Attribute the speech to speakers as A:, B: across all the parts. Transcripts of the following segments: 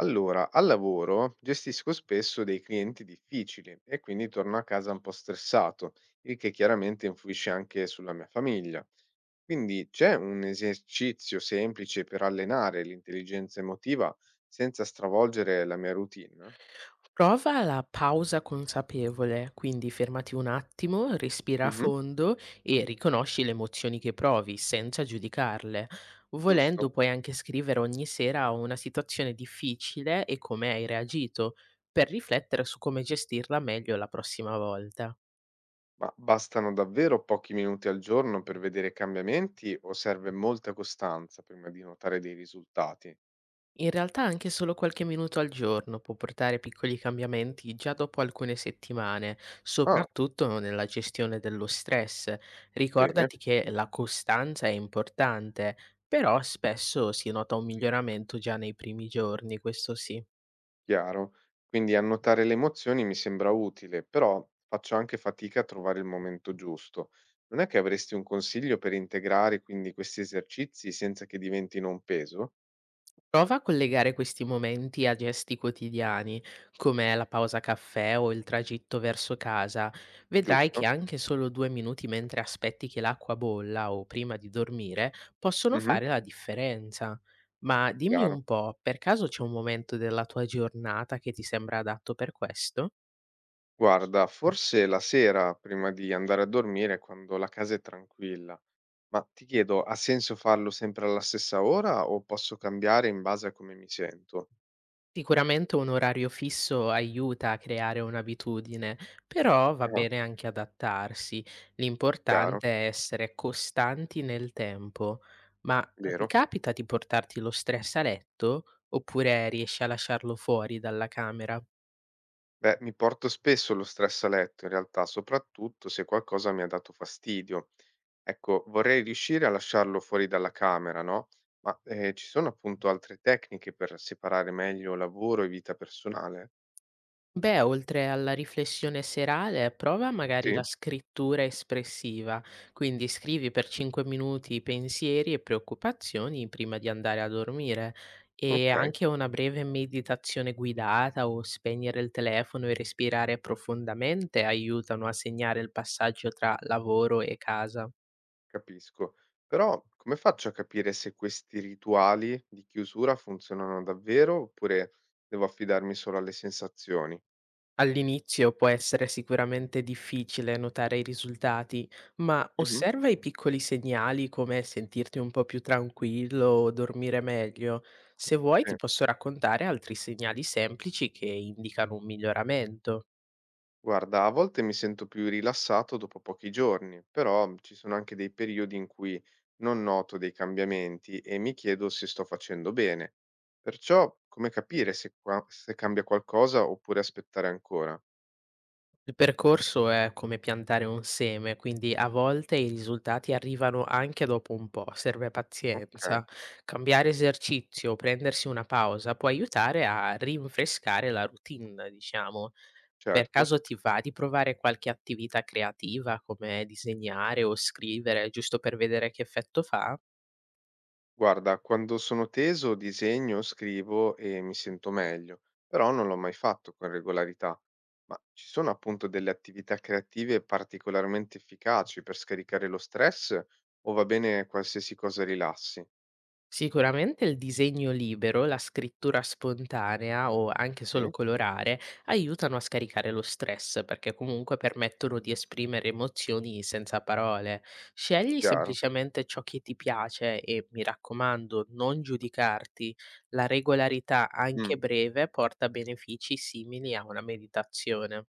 A: Allora, al lavoro gestisco spesso dei clienti difficili e quindi torno a casa un po' stressato, il che chiaramente influisce anche sulla mia famiglia. Quindi c'è un esercizio semplice per allenare l'intelligenza emotiva senza stravolgere la mia routine?
B: Prova la pausa consapevole, quindi fermati un attimo, respira a
A: Mhm,
B: fondo e riconosci le emozioni che provi senza giudicarle.
A: giusto.
B: Volendo puoi anche scrivere ogni sera una situazione difficile e come hai reagito, per riflettere su come gestirla meglio la prossima volta.
A: Ma bastano davvero pochi minuti al giorno per vedere cambiamenti o serve molta costanza prima di notare dei risultati?
B: In realtà anche solo qualche minuto al giorno può portare piccoli cambiamenti già dopo alcune settimane,
A: Ah,
B: soprattutto nella gestione dello stress.
A: bene.
B: Ricordati che la costanza è importante, però spesso si nota un miglioramento già nei primi giorni, questo sì.
A: Chiaro. Quindi annotare le emozioni mi sembra utile, però faccio anche fatica a trovare il momento giusto. Non è che avresti un consiglio per integrare quindi questi esercizi senza che diventino un peso?
B: Prova a collegare questi momenti a gesti quotidiani, come la pausa caffè o il tragitto verso casa. Vedrai che
A: Giusto?
B: anche solo due minuti mentre aspetti che l'acqua bolla o prima di dormire possono
A: Mhm,
B: fare la differenza. Ma dimmi
A: chiaro.
B: un po', per caso c'è un momento della tua giornata che ti sembra adatto per questo?
A: Guarda, forse la sera prima di andare a dormire, quando la casa è tranquilla. Ma ti chiedo, ha senso farlo sempre alla stessa ora o posso cambiare in base a come mi sento?
B: Sicuramente un orario fisso aiuta a creare un'abitudine, però va
A: Ah,
B: bene anche adattarsi.
A: chiaro,
B: L'importante è essere costanti nel tempo. Ma ti
A: vero?
B: capita di portarti lo stress a letto oppure riesci a lasciarlo fuori dalla camera?
A: Beh, mi porto spesso lo stress a letto in realtà, soprattutto se qualcosa mi ha dato fastidio. Ecco, vorrei riuscire a lasciarlo fuori dalla camera, no? Ma ci sono appunto altre tecniche per separare meglio lavoro e vita personale?
B: Beh, oltre alla riflessione serale, prova magari
A: Sì,
B: la scrittura espressiva, quindi scrivi per 5 minuti pensieri e preoccupazioni prima di andare a dormire e
A: ok,
B: anche una breve meditazione guidata o spegnere il telefono e respirare profondamente aiutano a segnare il passaggio tra lavoro e casa.
A: capisco. Però come faccio a capire se questi rituali di chiusura funzionano davvero oppure devo affidarmi solo alle sensazioni?
B: All'inizio può essere sicuramente difficile notare i risultati, ma
A: Mhm,
B: osserva i piccoli segnali come sentirti un po' più tranquillo o dormire meglio. Se vuoi
A: sì.
B: ti posso raccontare altri segnali semplici che indicano un miglioramento.
A: Guarda, a volte mi sento più rilassato dopo pochi giorni, però ci sono anche dei periodi in cui non noto dei cambiamenti e mi chiedo se sto facendo bene. Perciò, come capire se, se cambia qualcosa oppure aspettare ancora?
B: Il percorso è come piantare un seme, quindi a volte i risultati arrivano anche dopo un po', serve
A: Ok,
B: pazienza. Cambiare esercizio o prendersi una pausa può aiutare a rinfrescare la routine, diciamo. Per
A: certo.
B: caso ti va di provare qualche attività creativa come disegnare o scrivere, giusto per vedere che effetto fa?
A: Guarda, quando sono teso disegno, scrivo e mi sento meglio, però non l'ho mai fatto con regolarità. Ma ci sono appunto delle attività creative particolarmente efficaci per scaricare lo stress o va bene qualsiasi cosa rilassi?
B: Sicuramente il disegno libero, la scrittura spontanea o anche
A: Sì,
B: solo colorare aiutano a scaricare lo stress perché comunque permettono di esprimere emozioni senza parole. Scegli
A: chiaro.
B: semplicemente ciò che ti piace e mi raccomando, non giudicarti. La regolarità, anche
A: Mm.
B: breve, porta benefici simili a una meditazione.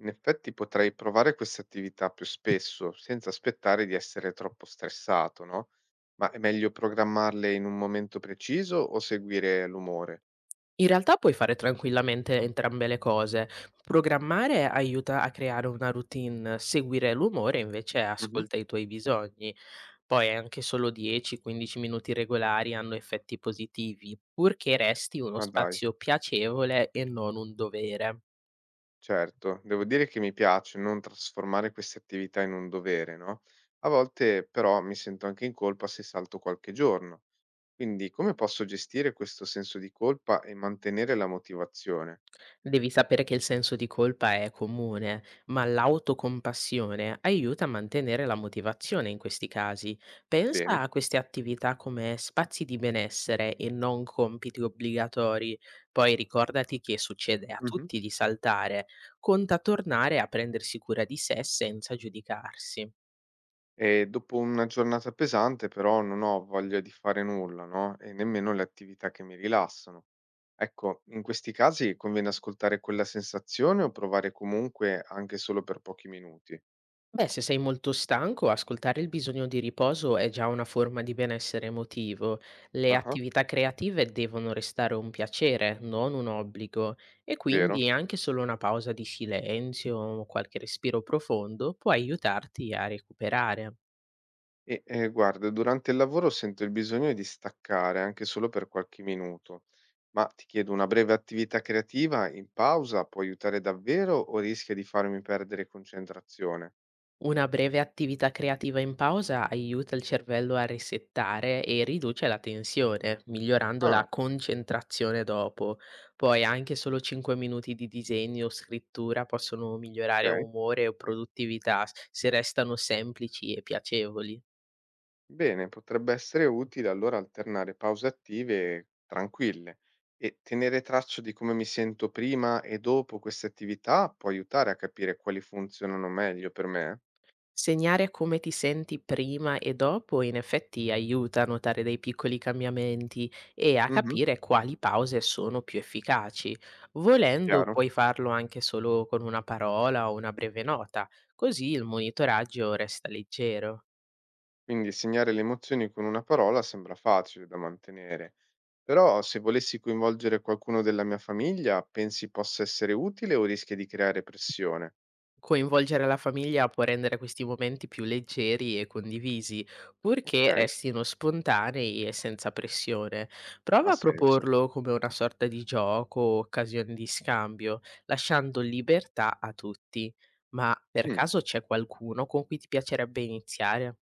A: In effetti potrei provare queste attività più spesso, senza aspettare di essere troppo stressato, no? Ma è meglio programmarle in un momento preciso o seguire l'umore?
B: In realtà puoi fare tranquillamente entrambe le cose. Programmare aiuta a creare una routine, seguire l'umore invece
A: Mhm.
B: ascolta i tuoi bisogni. Poi anche solo 10-15 minuti regolari hanno effetti positivi, purché resti uno
A: Ma dai.
B: spazio piacevole e non un dovere.
A: Certo, devo dire che mi piace non trasformare queste attività in un dovere, no? A volte però mi sento anche in colpa se salto qualche giorno. Quindi come posso gestire questo senso di colpa e mantenere la motivazione?
B: Devi sapere che il senso di colpa è comune, ma l'autocompassione aiuta a mantenere la motivazione in questi casi.
A: Bene.
B: Pensa a queste attività come spazi di benessere e non compiti obbligatori. Poi ricordati che succede a
A: Mhm.
B: tutti di saltare. Conta tornare a prendersi cura di sé senza giudicarsi.
A: E dopo una giornata pesante però non ho voglia di fare nulla, no? E nemmeno le attività che mi rilassano. Ecco, in questi casi conviene ascoltare quella sensazione o provare comunque anche solo per pochi minuti.
B: Beh, se sei molto stanco, ascoltare il bisogno di riposo è già una forma di benessere emotivo. Le
A: Ah,
B: attività creative devono restare un piacere, non un obbligo, e
A: vero?
B: quindi anche solo una pausa di silenzio o qualche respiro profondo può aiutarti a recuperare.
A: E, guarda, durante il lavoro sento il bisogno di staccare, anche solo per qualche minuto. Ma ti chiedo, una breve attività creativa in pausa può aiutare davvero o rischia di farmi perdere concentrazione?
B: Una breve attività creativa in pausa aiuta il cervello a resettare e riduce la tensione, migliorando la
A: Ah,
B: concentrazione dopo. Poi anche solo 5 minuti di disegno o scrittura possono migliorare
A: okay.
B: umore o produttività se restano semplici e piacevoli.
A: Bene, potrebbe essere utile allora alternare pause attive tranquille e tenere traccia di come mi sento prima e dopo queste attività può aiutare a capire quali funzionano meglio per me?
B: Segnare come ti senti prima e dopo in effetti aiuta a notare dei piccoli cambiamenti e a
A: Mh-mh,
B: capire quali pause sono più efficaci. Volendo
A: chiaro.
B: puoi farlo anche solo con una parola o una breve nota, così il monitoraggio resta leggero.
A: Quindi segnare le emozioni con una parola sembra facile da mantenere, però se volessi coinvolgere qualcuno della mia famiglia, pensi possa essere utile o rischia di creare pressione?
B: Coinvolgere la famiglia può rendere questi momenti più leggeri e condivisi, purché
A: Ok,
B: restino spontanei e senza pressione. Prova
A: ha
B: a
A: senso.
B: proporlo come una sorta di gioco o occasione di scambio, lasciando libertà a tutti. Ma per
A: Mm.
B: caso c'è qualcuno con cui ti piacerebbe iniziare?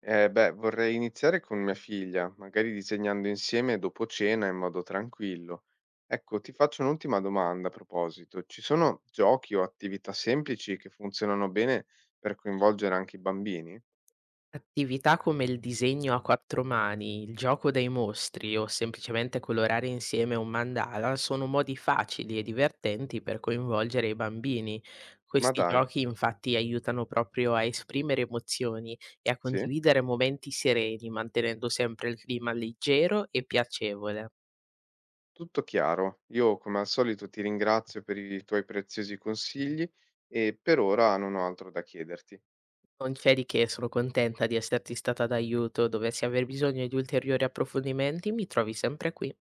A: Beh, vorrei iniziare con mia figlia, magari disegnando insieme dopo cena in modo tranquillo. Ecco, ti faccio un'ultima domanda a proposito. Ci sono giochi o attività semplici che funzionano bene per coinvolgere anche i bambini?
B: Attività come il disegno a quattro mani, il gioco dei mostri o semplicemente colorare insieme un mandala sono modi facili e divertenti per coinvolgere i bambini.
A: Ma
B: Questi
A: dai,
B: giochi infatti aiutano proprio a esprimere emozioni e a
A: sì?
B: condividere momenti sereni, mantenendo sempre il clima leggero e piacevole.
A: Tutto chiaro. Io come al solito ti ringrazio per i tuoi preziosi consigli e per ora non ho altro da chiederti.
B: Non c'è di che, sono contenta di esserti stata d'aiuto. Dovessi aver bisogno di ulteriori approfondimenti, mi trovi sempre qui.